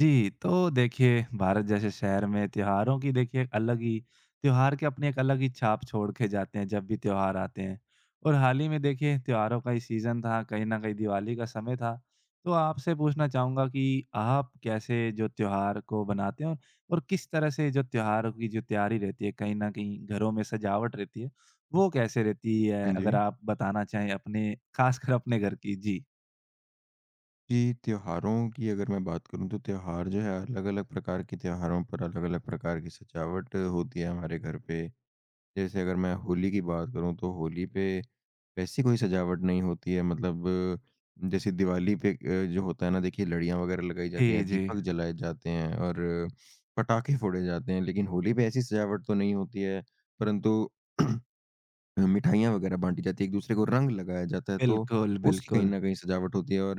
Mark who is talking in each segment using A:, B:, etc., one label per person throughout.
A: जी, तो देखिए भारत जैसे शहर में त्योहारों की देखिए एक अलग ही त्योहार के अपनी एक अलग ही छाप छोड़ के जाते हैं जब भी त्योहार आते हैं। और हाल ही में देखिए त्योहारों का ही सीज़न था, कहीं न कहीं दिवाली का समय था। तो आपसे पूछना चाहूँगा कि आप कैसे जो त्योहार को बनाते हैं और किस तरह से जो त्योहारों की जो तैयारी रहती है, कहीं न कहीं घरों में सजावट रहती है, वो कैसे रहती है?
B: हाँ जी।
A: अगर आप बताना चाहें अपने ख़ासकर अपने घर की। जी।
B: कि त्योहारों की अगर मैं बात करूँ तो त्योहार जो है, अलग-अलग प्रकार के त्योहारों पर अलग-अलग प्रकार की सजावट होती है हमारे घर पे। जैसे अगर मैं होली की बात करूँ तो होली पे वैसी कोई सजावट नहीं होती है, मतलब जैसे दिवाली पे जो होता है ना, देखिए लड़ियाँ वग़ैरह लगाई जाती
A: जी,
B: हैं,
A: जी।
B: दीपक जलाए जाते हैं और पटाखे फोड़े जाते हैं। लेकिन होली पे ऐसी सजावट तो नहीं होती है, परंतु मिठाइयाँ वगैरह बाँटी जाती है, एक-दूसरे को रंग लगाया जाता है, तो
A: बिल्कुल,
B: उसकी कहीं
A: बिल्कुल।
B: न कहीं सजावट होती है। और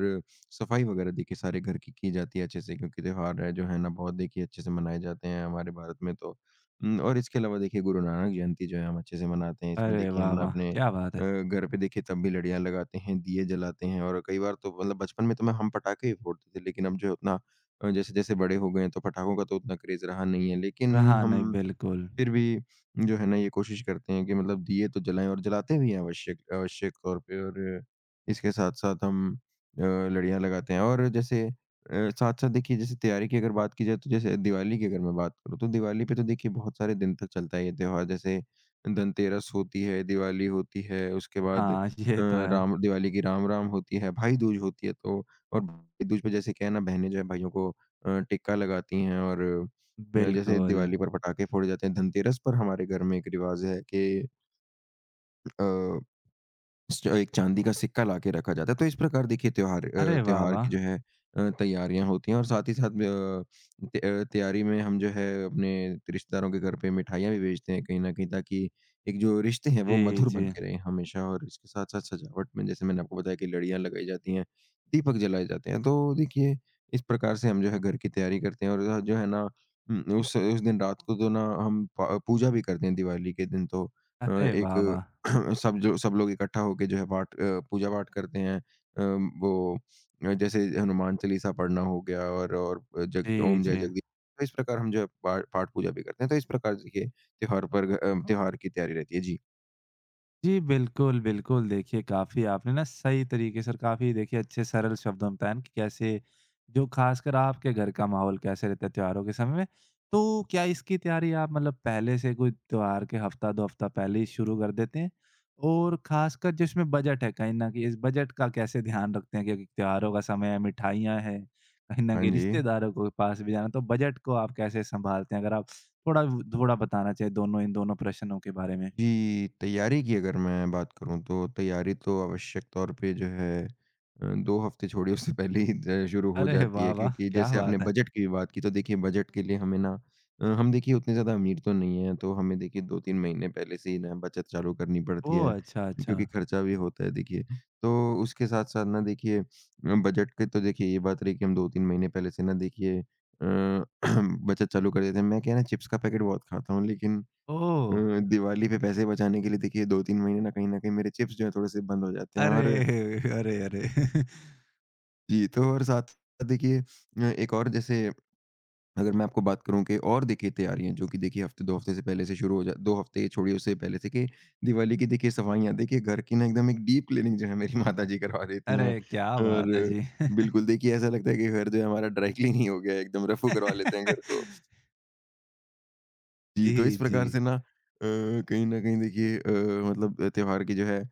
B: सफाई वगैरह देखिए सारे घर की जाती है अच्छे से, क्योंकि त्योहार है जो है ना, बहुत देखिए अच्छे से मनाए जाते हैं हमारे भारत में तो। और इसके अलावा देखिए गुरु नानक जयंती जो है, हम अच्छे से मनाते हैं। इसमें
A: अरे
B: देखिए
A: वाह,
B: हम ना
A: वाह!
B: अपने
A: क्या बात है।
B: घर पे देखिए तब भी लड़ियाँ लगाते हैं, दिए जलाते हैं। और कई बार तो मतलब बचपन में तो मैं हम पटाखे ही फोड़ते थे, लेकिन अब जो है उतना जैसे-जैसे बड़े हो गए हैं तो पटाखों का तो उतना क्रेज़ रहा नहीं है, लेकिन
A: रहा नहीं
B: हम
A: बिल्कुल।
B: फिर भी जो है ना, ये कोशिश करते हैं कि मतलब दिए तो जलाएँ, और जलाते भी हैं आवश्यक आवश्यक तौर पे। और इसके साथ-साथ हम लड़ियाँ लगाते हैं, और जैसे साथ-साथ देखिए, जैसे तैयारी की अगर बात की जाए तो जैसे दिवाली की अगर मैं बात करूँ, तो दिवाली पे तो देखिए बहुत सारे दिन तक चलता है ये त्योहार। जैसे धनतेरस होती है, दिवाली होती है, उसके बाद
A: हाँ, ये तो है।
B: राम दिवाली की राम राम होती है, भाई दूज होती है, तो। और भाई दूज पे जैसे क्या है ना, बहनें जो है, भाइयों को टिक्का लगाती हैं। और जैसे
A: बिल्कुल।
B: दिवाली पर पटाखे फोड़े जाते हैं, धनतेरस पर हमारे घर में एक रिवाज है कि अ, च एक चांदी का सिक्का लाके रखा जाता है। तो इस प्रकार देखिए
A: अरे वाह,
B: त्योहार
A: वाह!
B: की जो है तैयारियाँ होती हैं। और साथ ही साथ तैयारी में हम जो है, अपने रिश्तेदारों के घर पे मिठाइयाँ भी भेजते हैं कहीं न कहीं, ताकि एक जो रिश्ते हैं, वो
A: जी,
B: मधुर बन
A: जी।
B: के रहें हमेशा। और इसके साथ-साथ सजावट में जैसे मैंने आपको बताया कि लड़ियाँ लगाई जाती हैं, दीपक जलाए जाते हैं। तो देखिए इस प्रकार से हम जो है, घर की तैयारी करते हैं। और जो है ना, उस दिन रात को तो ना, हम प पूजा भी करते हैं दिवाली के दिन तो। अ,
A: अरे
B: एक
A: वाह, वाह!
B: सब जो सब लोग इकट्ठा होके जो है, पूजा पाठ करते हैं। वो जैसे हनुमान चालीसा पढ़ना हो गया, और जग
A: जी,
B: ओम जय
A: जी।
B: जगदीश। तो इस प्रकार हम जो है, पा पाठ पूजा भी करते हैं। तो इस प्रकार देखिए त्योहार पर घ- अ, त्योहार की तैयारी रहती है। जी।
A: जी, बिल्कुल, बिल्कुल। देखिए, काफ़ी आपने ना सही तरीके से और काफ़ी देखिए अच्छे सरल शब्दों में बताया ना कि कैसे जो ख़ासकर आपके घर का माहौल कैसे रहता है त्योहारों के समय में। तो क्या इसकी तैयारी आप मतलब पहले से कोई त्योहार के हफ़्ता, 2 हफ़्ता पहले ही शुरू कर देते हैं? और ख़ासकर जो इसमें बजट है कहीं न कहीं इस बजट का कैसे ध्यान रखते हैं क्योंकि त्योहारों का समय है, मिठाइयाँ हैं, कहीं न
B: हाँ
A: कहीं
B: जी।
A: रिश्तेदारों को पास भी जाना तो बजट को आप कैसे सँभालते हैं? अगर आप थोड़ा व थोड़ा बताना चाहें दोनों इन दोनों प्रश्नों के बारे में।
B: जी, तैयारी की अगर मैं बात करूँ तो तैयारी तो आवश्यक तौर पे जो है 2 हफ़्ते छोड़िए, उससे पहले ही ज शुरू हो
A: अरे
B: जाती
A: वाह,
B: है,
A: वाह!
B: क्योंकि
A: क्या
B: जैसे आपने
A: बात है!
B: बजट की बात की तो देखिए बजट के लिए हमें ना, हम देखिए उतने ज़्यादा अमीर तो नहीं हैं, तो हमें देखिए 2-3 महीने पहले से ही ना बचत चालू करनी पड़ती
A: ओह!
B: है,
A: अच्छा, अच्छा।
B: क्योंकि खर्चा भी होता है देखिए। तो उसके साथ-साथ ना देखिए बजट के तो देखिए ये बात रही कि हम 2-3 महीने पहले से ना देखिए बचत चालू कर देते हैं। मैं क्या है ना, चिप्स का पैकेट बहुत खाता हूँ, लेकिन
A: ओह!
B: दिवाली पे पैसे बचाने के लिए देखिए 2-3 महीने ना कहीं न कहीं मेरे चिप्स जो हैं, थोड़े-से बंद हो जाते हैं।
A: अरे!
B: और
A: अरे, अरे!
B: जी, तो और साथ साथ देखिए एक और जैसे, अगर मैं आपको बात करूँ कि और देखिए तैयारियाँ जो कि देखिए हफ़्ते 2 हफ़्ते से पहले से शुरू हो जा 2 हफ़्ते छोड़िए, उससे पहले से कि दिवाली की देखिए सफाइयाँ, देखिए घर की ना एकदम एक डीप क्लीनिंग जो है, मेरी माताजी करवा देती हैं।
A: अरे, क्या बात है
B: और
A: जी।
B: बिल्कुल देखिए ऐसा लगता है कि घर जो है हमारा, ड्राई क्लीन ही हो गया है, एकदम रफ़ू करवा लेते हैं घर को। जी, तो
A: जी,
B: इस
A: जी।
B: प्रकार से ना कहीं न कहीं देखिए मतलब त्योहार की जो है अ,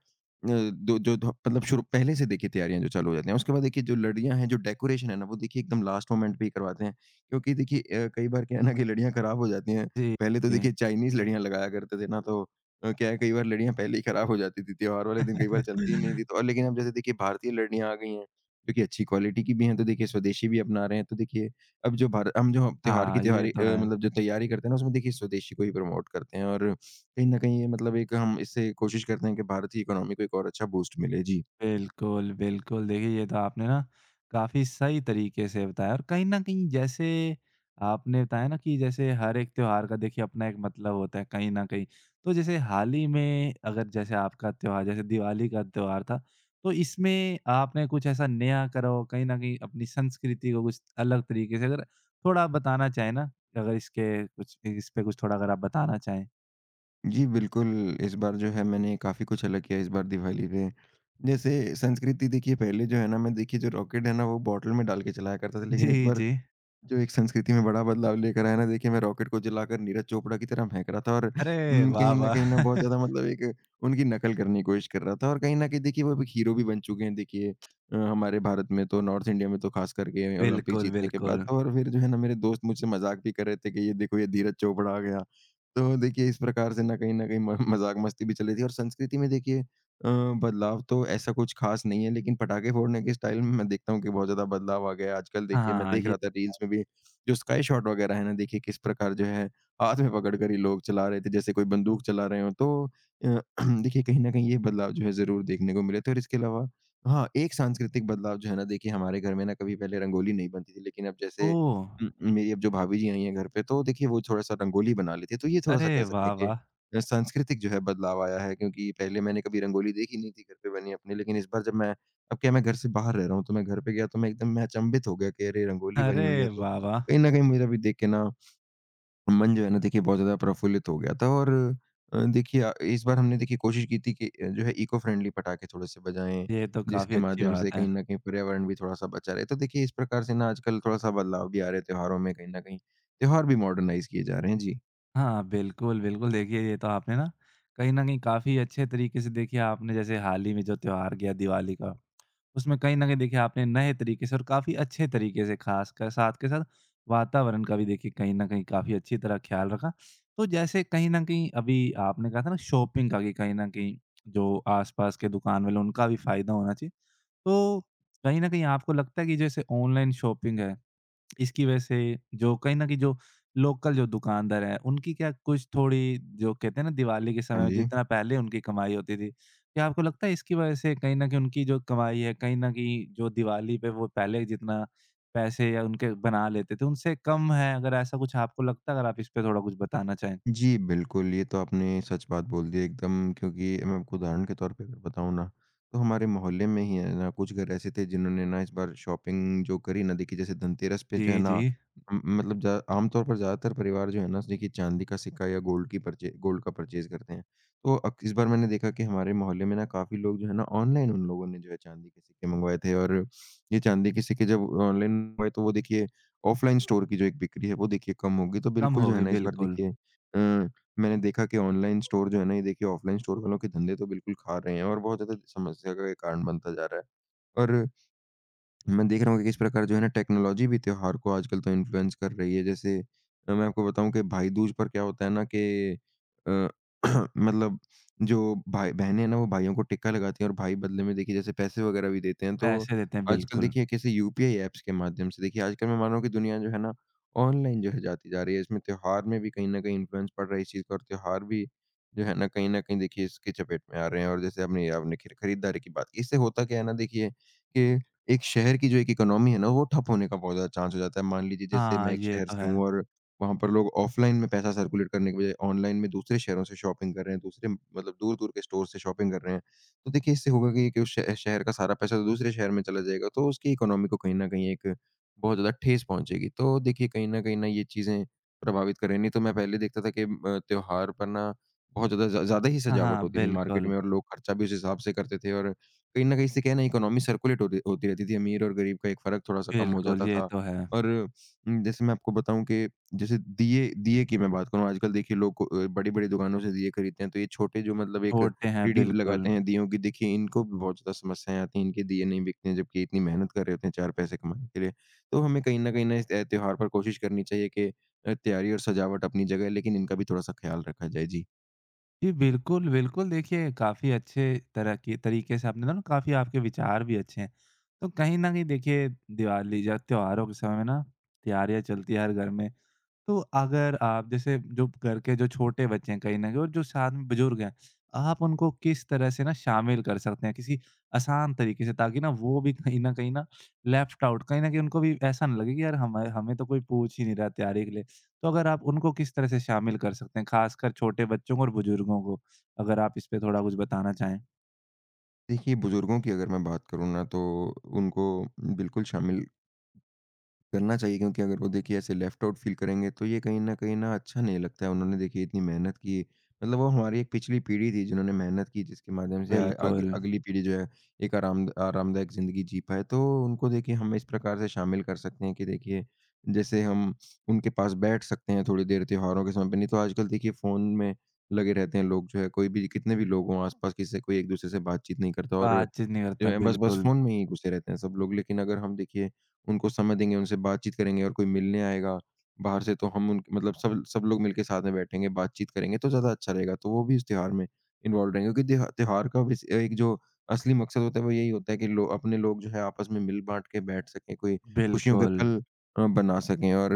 B: दो जो ध मतलब शुरू पहले से देखिए, तैयारियाँ जो चालू हो जाती हैं। उसके बाद देखिए जो लड़ियाँ हैं, जो डेकोरेशन है ना, वो देखिए एकदम लास्ट मोमेंट पे ही करवाते हैं। क्योंकि देखिए कई बार क्या है ना, कि लड़ियाँ खराब हो जाती हैं।
A: जी,
B: पहले तो
A: जी।
B: देखिए चाइनीज़ लड़ियाँ लगाया करते थे ना, तो क्या है, कई बार लड़ियाँ पहले ही खराब हो जाती थी। त्योहार वाले दिन कई बार चलती ही नहीं थी। तो और लेकिन अब जैसे देखिए भारतीय लड़ियाँ आ गई हैं, जो कि अच्छी क्वालिटी की भी हैं, तो देखिए स्वदेशी भी अपना रहे हैं। तो देखिए अब जो भारत हम जो त्योहार की
A: हाँ, ये तो है।
B: मतलब जो तैयारी करते हैं ना, उसमें देखिए स्वदेशी को ही प्रमोट करते हैं। और कहीं न कहीं ये मतलब एक हम इससे कोशिश करते हैं कि भारत की इकोनॉमी को एक और अच्छा बूस्ट मिले। जी।
A: बिल्कुल, बिल्कुल। देखिए, ये तो आपने ना काफ़ी सही तरीके से बताया और कहीं न कहीं जैसे आपने बताया ना कि जैसे हर एक त्योहार का देखिए अपना एक मतलब होता है कहीं न कहीं। तो जैसे हाल ही में अगर जैसे आपका त्योहार जैसे दिवाली का त्योहार था, तो इसमें आपने कुछ ऐसा नया करा हो कहीं न कहीं अपनी संस्कृति को कुछ अलग तरीके से अगर थोड़ा आप बताना चाहें ना, अगर इसके कुछ इस पे कुछ थोड़ा अगर आप बताना चाहें?
B: जी, बिल्कुल, इस बार जो है, मैंने काफ़ी कुछ अलग किया इस बार दिवाली पे। जैसे संस्कृति देखिए, पहले जो है ना, मैं देखिए जो रॉकेट है ना, वो बॉटल में डाल के चलाया करता था, लेकिन इस
A: जी,
B: बार
A: जी।
B: जो एक संस्कृति में बड़ा बदलाव लेकर आया ना, देखिए मैं रॉकेट को जलाकर नीरज चोपड़ा की तरह महक रहा था। और
A: अरे वाह,
B: कहीं न
A: वाह!
B: कहीं ना बहुत ज़्यादा मतलब एक उनकी नकल करने की कोशिश कर रहा था। और कहीं न कहीं देखिए वो अब एक हीरो भी बन चुके हैं, देखिए हमारे भारत में तो, नॉर्थ इंडिया में तो ख़ास करके ओलंपिक
A: बिल्कुल,
B: जीतने के बाद
A: बिल्कुल।
B: तो। और फिर जो है ना, मेरे दोस्त मुझसे मज़ाक भी कर रहे थे कि ये देखो, ये धीरज चोपड़ा आ गया। तो देखिए इस प्रकार से ना कहीं न कहीं म मज़ाक मस्ती भी चल रही थी। और संस्कृति में देखिए अ, बदलाव तो ऐसा कुछ ख़ास नहीं है, लेकिन पटाखे फोड़ने के स्टाइल में मैं देखता हूँ कि बहुत ज़्यादा बदलाव आ गया है। आजकल
A: हाँ,
B: देखिए मैं देख
A: हाँ।
B: रहा था, रील्स में भी जो स्काई शॉट वग़ैरह है ना, देखिए किस प्रकार जो है, हाथ में पकड़ कर ही लोग चला रहे थे, जैसे कोई बंदूक चला रहे हों। तो अ, देखिए कहीं न कहीं ये बदलाव जो है, ज़रूर देखने को मिले थे। और इसके अलावा, हाँ, एक सांस्कृतिक बदलाव जो है ना, देखिए हमारे घर में ना कभी पहले रंगोली नहीं बनती थी, लेकिन अब जैसे
A: ओह!
B: मेरी अब जो भाभी जी आई हैं घर पे, तो देखिए वो थोड़ा-सा रंगोली बना लेती हैं। तो ये
A: अरे
B: थोड़ा-सा कह सकते
A: वाह,
B: हैं कि
A: वाह!
B: सांस्कृतिक जो है बदलाव आया है, क्योंकि पहले मैंने कभी रंगोली देखी नहीं थी घर पे बनी अपने, लेकिन इस बार जब मैं, अब क्या है, मैं घर से बाहर रह रहा हूँ, तो मैं घर पे गया तो मैं एकदम मैं अचंभित हो गया कि अरे रंगोली बनी
A: अरे
B: हुई है। तो
A: वाह, वाह!
B: कहीं न कहीं मुझे भी देख के ना, मन जो है ना देखिए बहुत ज़्यादा प्रफुल्लित हो गया था। और देखिए इस बार हमने देखिए कोशिश की थी कि जो है इको फ्रेंडली पटाखे थोड़े-से बजाएँ,
A: ये तो काफ़ी
B: जिसके
A: अच्छी
B: माध्यम से
A: बात है।
B: कहीं न कहीं पर्यावरण भी थोड़ा-सा बचा रहे। तो देखिए इस प्रकार से ना आजकल थोड़ा-सा बदलाव भी आ रहे हैं त्योहारों में कहीं न कहीं। त्योहार भी मॉडर्नाइज़ किए जा रहे हैं। जी।
A: हाँ, बिल्कुल, बिल्कुल। देखिए, ये तो आपने ना कहीं न कहीं काफ़ी अच्छे तरीके से देखिए आपने जैसे हाल ही में जो त्योहार गया दिवाली का, उसमें कहीं न कहीं देखिए आपने नए तरीके से और काफ़ी अच्छे तरीके से ख़ासकर साथ के साथ वातावरण का भी देखिए कहीं न कहीं काफ़ी अच्छी तरह ख़्याल रखा। तो जैसे कहीं न कहीं अभी आपने कहा था ना शॉपिंग का कि कहीं न कहीं जो आस-पास के दुकान वाले हैं उनका भी फ़ायदा होना चाहिए। तो कहीं न कहीं आपको लगता है कि जैसे ऑनलाइन शॉपिंग है, इसकी वजह से जो कहीं न कहीं जो लोकल जो दुकानदार हैं, उनकी क्या कुछ थोड़ी जो कहते हैं ना दिवाली के
B: हाँ
A: समय में
B: जी।
A: जितना पहले उनकी कमाई होती थी, क्या आपको लगता है इसकी वजह से कहीं न कहीं उनकी जो कमाई है, कहीं न कहीं जो दिवाली पे वो पहले जितना पैसे या उनके बना लेते थे, उनसे कम है? अगर ऐसा कुछ आपको लगता है, अगर आप इस पे थोड़ा कुछ बताना चाहें?
B: जी, बिल्कुल, ये तो आपने सच बात बोल दी एकदम, क्योंकि मैं आपको उदाहरण के तौर पे अगर बताऊँ ना, तो हमारे मोहल्ले में ही है ना, कुछ घर ऐसे थे जिन्होंने ना इस बार शॉपिंग जो करी ना, देखिए जैसे धनतेरस पे जो है
A: जी,
B: ना,
A: जी।
B: मतलब ज़्या आमतौर पर ज़्यादातर परिवार जो है ना, देखिए चाँदी का सिक्का या गोल्ड का परचेज़ करते हैं। तो अक इस बार मैंने देखा कि हमारे मोहल्ले में ना काफ़ी लोग जो है ना, ऑनलाइन उन लोगों ने जो है चाँदी के सिक्के मँगवाए थे। और ये चाँदी के सिक्के जब ऑनलाइन मँगवाए, तो वो देखिए ऑफ़लाइन स्टोर की जो एक बिक्री है, वो देखिए कम होगी। तो
A: कम
B: बिल्कुल
A: हो
B: जो है
A: गई,
B: ना, इस बार
A: बिल्कुल।
B: देखिए अ, मैंने देखा कि ऑनलाइन स्टोर जो है ना, ये देखिए ऑफलाइन स्टोर वालों के धंधे तो बिल्कुल खा रहे हैं, और बहुत ज़्यादा समस्या का ये कारण बनता जा रहा है। और मैं देख रहा हूँ कि किस प्रकार जो है ना, टेक्नोलॉजी भी त्योहार को आजकल तो इन्फ्लुएंस कर रही है। जैसे मैं आपको बताऊँ कि भाई दूज पर क्या होता है ना, कि अ, मतलब जो भाई बहनें हैं ना, वो भाइयों को टिक्का लगाती हैं, और भाई बदले में देखिए जैसे पैसे वग़ैरह भी देते हैं। तो
A: पैसे देते हैं,
B: आजकल
A: बिल्कुल।
B: देखिए कैसे यूपीआई ऐप्स के माध्यम से देखिए, आजकल मैं मान रहा हूँ कि दुनिया जो है ना ऑनलाइन जो है जाती जा रही है। इसमें त्योहार में भी कहीं न कहीं इन्फ्लुएंस पड़ रहा है इस चीज़ का, और त्योहार भी जो है ना कहीं न कहीं देखिए इसकी चपेट में आ रहे हैं। और जैसे आपने आपने खि खरीदारी की बात की, इससे होता क्या है ना, देखिए कि एक शहर की जो एक इकोनॉमी है ना, वो ठप होने का बहुत ज़्यादा चांस हो जाता है। मान लीजिए जैसे
A: हाँ,
B: मैं एक
A: ये
B: शहर
A: तो
B: से
A: है।
B: हूँ, और वहाँ पर लोग ऑफ़लाइन में पैसा सर्कुलेट करने के बजाय ऑनलाइन में दूसरे शहरों से शॉपिंग कर रहे हैं, दूसरे मतलब दूर-दूर के स्टोर से शॉपिंग कर रहे हैं। तो देखिए इससे होगा कि उस श शहर का सारा पैसा तो दूसरे शहर में चला जाएगा, तो उसकी इकोनॉमी को कहीं न कहीं एक बहुत ज़्यादा ठेस पहुँचेगी। तो देखिए कहीं न कहीं ना ये चीज़ें प्रभावित कर रही हैं। नहीं तो मैं पहले देखता था कि त्योहार पर ना बहुत ज़्यादा ज़्यादा ही
A: हाँ,
B: सजावट
A: हाँ,
B: होती थी मार्केट
A: बिल्कुल।
B: में, और लोग खर्चा भी उस हिसाब से करते थे, और कहीं न कहीं इससे क्या है ना इकोनॉमी सर्कुलेट होती होती रहती थी, अमीर और गरीब का एक फ़र्क थोड़ा-सा कम हो
A: बिल्कुल,
B: जाता
A: ये
B: था।
A: तो है।
B: और जैसे मैं आपको बताऊँ कि, जैसे दिए दिए की मैं बात करूँ, आजकल देखिए लोग बड़ी-बड़ी दुकानों से दिए खरीदते हैं, तो ये छोटे जो मतलब एक
A: छोटे हैं,
B: रेडी
A: बिल्कुल।
B: लगाते हैं दियों की, देखिए इनको भी बहुत ज़्यादा समस्याएँ आती हैं, इनके दिए नहीं बिकते हैं, जबकि इतनी मेहनत कर रहे होते हैं 4 पैसे कमाने के लिए। तो हमें कहीं न कहीं ना इस त्योहार पर कोशिश करनी चाहिए कि तैयारी और सजावट अपनी जगह है, लेकिन इनका भी थोड़ा-सा ख़्याल रखा जाए। जी।
A: जी, बिल्कुल, बिल्कुल, देखिए काफ़ी अच्छे तरह की तरीके से आपने ना काफ़ी आपके विचार भी अच्छे हैं। तो कहीं न कहीं देखिए दिवाली या त्योहारों के समय में ना तैयारियाँ चलती है हर घर में। तो अगर आप जैसे जो घर के जो छोटे बच्चे हैं कहीं न कहीं और जो साथ में बुजुर्ग हैं, आप उनको किस तरह से ना शामिल कर सकते हैं किसी आसान तरीके से ताकि ना वो भी कहीं न कहीं ना लेफ्ट आउट कहीं न कहीं उनको भी ऐसा ना लगे कि यार हमें हमें तो कोई पूछ ही नहीं रहा तैयारी के लिए। तो अगर आप उनको किस तरह से शामिल कर सकते हैं, खासकर छोटे बच्चों को और बुजुर्गों को? अगर आप इस पे थोड़ा कुछ बताना चाहें।
B: देखिए बुज़ुर्गों की अगर मैं बात करूँ ना, तो उनको बिल्कुल शामिल करना चाहिए, क्योंकि अगर वो देखिए ऐसे लेफ्ट आउट फ़ील करेंगे तो ये कहीं न अच्छा नहीं लगता है। उन्होंने देखिए इतनी मेहनत की, मतलब वो हमारी एक पिछली पीढ़ी थी जिन्होंने मेहनत की, जिसके माध्यम से आ आगे
A: बिल्कुल,
B: अगली पीढ़ी जो है एक आरामदायक ज़िंदगी जी पाए। तो उनको देखिए हम इस प्रकार से शामिल कर सकते हैं कि, देखिए जैसे हम उनके पास बैठ सकते हैं थोड़ी देर त्योहारों के समय पे। नहीं तो आजकल देखिए फ़ोन में लगे रहते हैं लोग, जो है कोई भी कितने भी लोग हों आस-पास, किसी से कोई एक-दूसरे से बातचीत नहीं करता, और
A: बातचीत नहीं
B: जो
A: करता
B: है बस बस
A: बिल्कुल,
B: फ़ोन में ही घुसे रहते हैं सब लोग। लेकिन अगर हम देखिए उनको समय देंगे, उनसे बातचीत करेंगे और कोई मिलने आएगा बाहर से, तो हम उन मतलब सब सब लोग मिलके साथ में बैठेंगे, बातचीत करेंगे, तो ज़्यादा अच्छा रहेगा। तो वो भी इस त्योहार में इन्वॉल्व रहेंगे, क्योंकि त्योहार का विस एक जो असली मकसद होता है वो यही होता है कि लो अपने लोग जो है आपस में मिल-बाँट के बैठ सकें, कोई खुशियों के
A: बिल्कुल।
B: पल बना सकें, और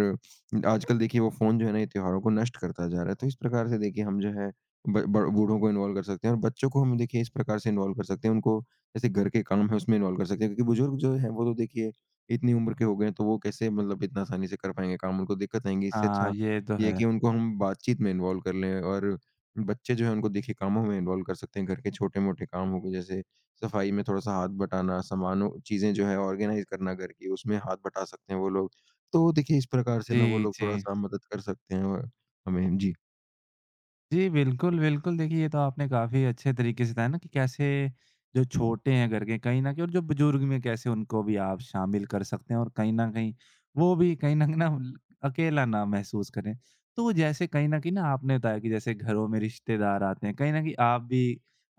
B: आजकल देखिए वो फ़ोन जो है ना ये त्योहारों को नष्ट करता जा रहा है। तो इस प्रकार से देखिए हम जो है ब ब बूढ़ों को इन्वॉल्व कर सकते हैं, और बच्चों को हम देखिए इस प्रकार से इन्वॉल्व कर सकते हैं। उनको जैसे घर के काम है उसमें इन्वॉल्व कर सकते हैं, क्योंकि बुजुर्ग जो हैं वो तो देखिए इतनी उम्र के हो गए हैं, तो वो कैसे मतलब इतना आसानी से कर पाएँगे काम, उनको दिक्कत आएँगी। इससे
A: हाँ,
B: अच्छा
A: ये तो
B: ये है
A: है।
B: कि उनको हम बातचीत में इन्वॉल्व कर लें, और बच्चे जो हैं, उनको देखिए कामों में इन्वॉल्व कर सकते हैं। घर के छोटे-मोटे काम हो गए, जैसे सफाई में थोड़ा-सा हाथ बटाना, सामानों चीज़ें जो है ऑर्गेनाइज़ करना घर की, उसमें हाथ बटा सकते हैं वो लोग। तो देखिए, इस प्रकार से ना वो
A: जी,
B: लोग
A: जी।
B: थोड़ा-सा मदद कर सकते हैं हमें। जी।
A: जी, बिल्कुल, बिल्कुल। देखिए, ये तो आपने काफ़ी अच्छे तरीके से बताया ना कि कैसे जो छोटे हैं घर के, कहीं न कहीं और जो बुज़ुर्ग में कैसे उनको भी आप शामिल कर सकते हैं और कहीं न कहीं वो भी कहीं न कहीं ना ल अकेला ना महसूस करें। तो जैसे कहीं न कहीं ना आपने बताया कि जैसे घरों में रिश्तेदार आते हैं, कहीं न कहीं आप भी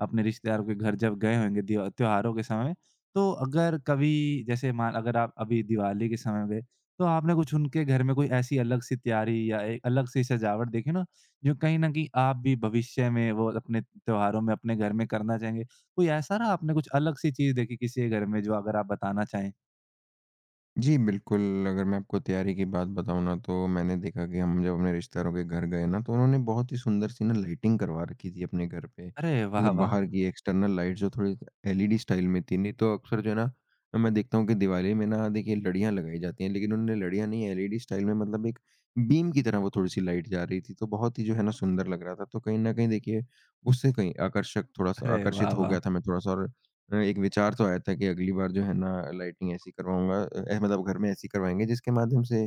A: अपने रिश्तेदारों के घर जब गए होंगे दिवा त्योहारों के समय में, तो अगर कभी जैसे मान अगर आप अभी दिवाली के समय में गए, तो आपने कुछ उनके घर में कोई ऐसी अलग-सी तैयारी या एक अलग-सी सजावट देखी ना जो कहीं न कहीं आप भी भविष्य में वो अपने त्योहारों में अपने घर में करना चाहेंगे। कोई ऐसा रहा आपने कुछ अलग सी चीज़ देखी किसी के घर में जो अगर आप बताना चाहें?
B: जी, बिल्कुल, अगर मैं आपको तैयारी की बात बताऊँ ना, तो मैंने देखा कि हम जब अपने रिश्तेदारों के घर गए ना, तो उन्होंने बहुत ही सुंदर-सी ना लाइटिंग करवा रखी थी अपने घर पे।
A: अरे वाह,
B: मतलब
A: वाह!
B: बाहर की एक्सटर्नल लाइट्स जो थोड़ी एलईडी स्टाइल में थी, नहीं तो अक्सर जो है ना, मैं देखता हूँ कि दिवाली में ना देखिए लड़ियाँ लगाई जाती हैं, लेकिन उन्होंने लड़ियाँ नहीं एलईडी स्टाइल में, मतलब एक बीम की तरह वो थोड़ी-सी लाइट जा रही थी, तो बहुत ही जो है ना सुंदर लग रहा था। तो कहीं न कहीं देखिए उससे कहीं आकर्षक थोड़ा-सा
A: अरे वाह,
B: आकर्षित हो
A: वाह!
B: गया था मैं थोड़ा-सा, और एक विचार तो आया था कि अगली बार जो है ना लाइटिंग ऐसी करवाऊँगा, मतलब घर में ऐसी करवाएँगे जिसके माध्यम से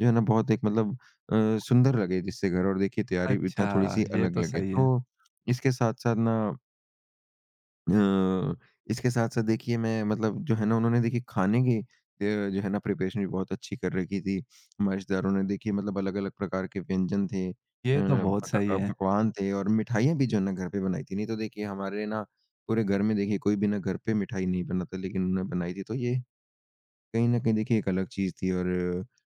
B: जो है ना बहुत एक मतलब सुंदर लगे, जिससे घर और देखिए तैयारी भी इतना
A: अच्छा,
B: थोड़ी-सी
A: ये
B: अलग
A: तो
B: लगे।
A: सही है।
B: तो इसके साथ-साथ ना अ, इसके साथ-साथ देखिए मैं मतलब जो है ना उन्होंने देखिए खाने की जो है ना प्रिपरेशन भी बहुत अच्छी कर रखी थी। हमारे रिश्तेदारों ने देखिए मतलब अलग-अलग प्रकार के व्यंजन थे,
A: ये तो बहुत सही है।
B: पकवान थे और मिठाइयाँ भी जो है ना घर पे बनाई थी। नहीं तो देखिए हमारे ना पूरे घर में देखिए कोई भी ना घर पे मिठाई नहीं बनाता, लेकिन उन्होंने बनाई थी। तो ये कहीं न कहीं देखिए एक अलग चीज़ थी, और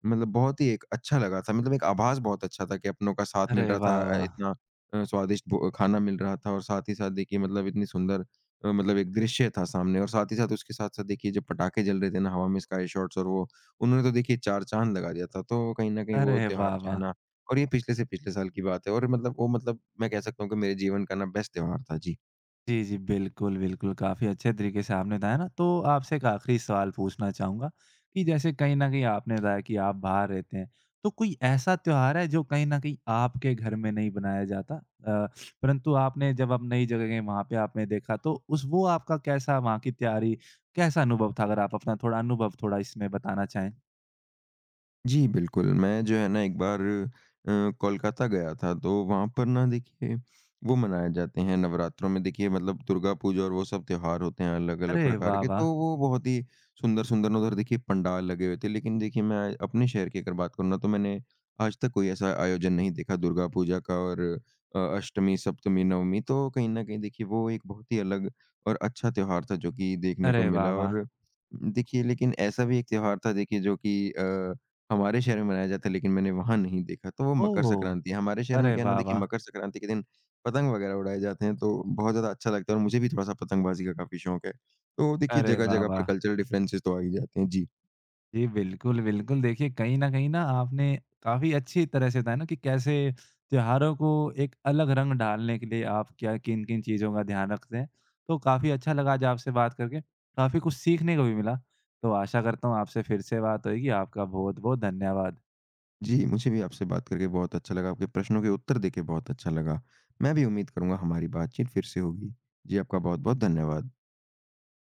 B: मतलब बहुत ही एक अच्छा लगा था, मतलब एक आभास बहुत अच्छा था कि अपनों का साथ
A: अरे
B: मिल रहा था,
A: वाह, वाह!
B: इतना स्वादिष्ट भो खाना मिल रहा था, और साथ ही साथ देखिए मतलब इतनी सुंदर मतलब एक दृश्य था सामने, और साथ ही साथ उसके साथ-साथ देखिए जब पटाखे जल रहे थे ना हवा में स्काई शॉट्स, और वो उन्होंने तो देखिए चार चाँद लगा दिया था। तो कहीं न कहीं वो
A: अरे
B: त्योहार
A: वाह,
B: जो है
A: वाह!
B: ना, और ये पिछले से पिछले साल की बात है, और मतलब वो मतलब मैं कह सकता हूँ कि मेरे जीवन का ना बेस्ट त्योहार था। जी।
A: जी, जी। बिल्कुल, बिल्कुल, काफ़ी अच्छे तरीके से आपने बताया ना, तो आपसे एक आखिरी सवाल पूछना चाहूँगा कि जैसे कहीं न कहीं आपने बताया कि आप बाहर रहते हैं, तो कोई ऐसा त्योहार है जो कहीं न कहीं आपके घर में नहीं बनाया जाता? परंतु आपने जब आप नई जगह गए वहाँ पे आपने देखा तो उस वो आपका कैसा वहाँ की तैयारी कैसा अनुभव था? अगर आप अपना थोड़ा अनुभव थोड़ा इसमें बताना चाहें।
B: जी, बिल्कुल। मैं जो है ना एक बार अ, कोलकाता गया था, तो वहाँ पर ना देखिए वो मनाए जाते हैं नवरात्रों में, देखिए मतलब दुर्गा पूजा और वो सब त्योहार होते हैं अलग-अलग
A: अरे
B: प्रकार
A: वाह,
B: के, तो
A: वाह!
B: वो बहुत ही सुंदर-सुंदर उधर देखिए पंडाल लगे हुए थे। लेकिन देखिए मैं अपने शहर की अगर बात करूँ ना, तो मैंने आज तक कोई ऐसा आयोजन नहीं देखा दुर्गा पूजा का, और अष्टमी, सप्तमी, नवमी, तो कहीं न कहीं देखिए वो एक बहुत ही अलग और अच्छा त्योहार था जो कि देखने को
A: अरे वाह,
B: मिला।
A: वाह!
B: और देखिए लेकिन ऐसा भी एक त्योहार था देखिए जो कि हमारे शहर में मनाया जाता है, लेकिन मैंने वहाँ नहीं देखा, तो वो मकर
A: ओह!
B: संक्रांति है। हमारे शहर में
A: अरे
B: क्या है ना
A: वाह,
B: देखिए
A: वाह!
B: मकर संक्रांति के दिन पतंग वगैरह उड़ाए जाते हैं, तो बहुत ज़्यादा अच्छा लगता है, और मुझे भी थोड़ा-सा पतंगबाज़ी का काफ़ी शौक है। तो देखिए
A: अरे वाह,
B: जगह-जगह पर
A: वाह!
B: कल्चरल डिफरेंसेस तो आ ही जाते हैं। जी।
A: जी, बिल्कुल, बिल्कुल। देखिए, कहीं न कहीं ना आपने काफ़ी अच्छी तरह से बताया ना कि कैसे त्योहारों को एक अलग रंग डालने के लिए आप क्या किन-किन चीज़ों का ध्यान रखते हैं। तो काफ़ी अच्छा लगा आज आपसे बात करके, काफ़ी कुछ सीखने को भी मिला। तो आशा करता हूँ आपसे फिर से बात होएगी। आपका बहुत-बहुत धन्यवाद।
B: जी, मुझे भी आपसे बात करके बहुत अच्छा लगा, आपके प्रश्नों के उत्तर देके बहुत अच्छा लगा। मैं भी उम्मीद करूँगा हमारी बातचीत फिर से होगी। जी, आपका बहुत-बहुत धन्यवाद।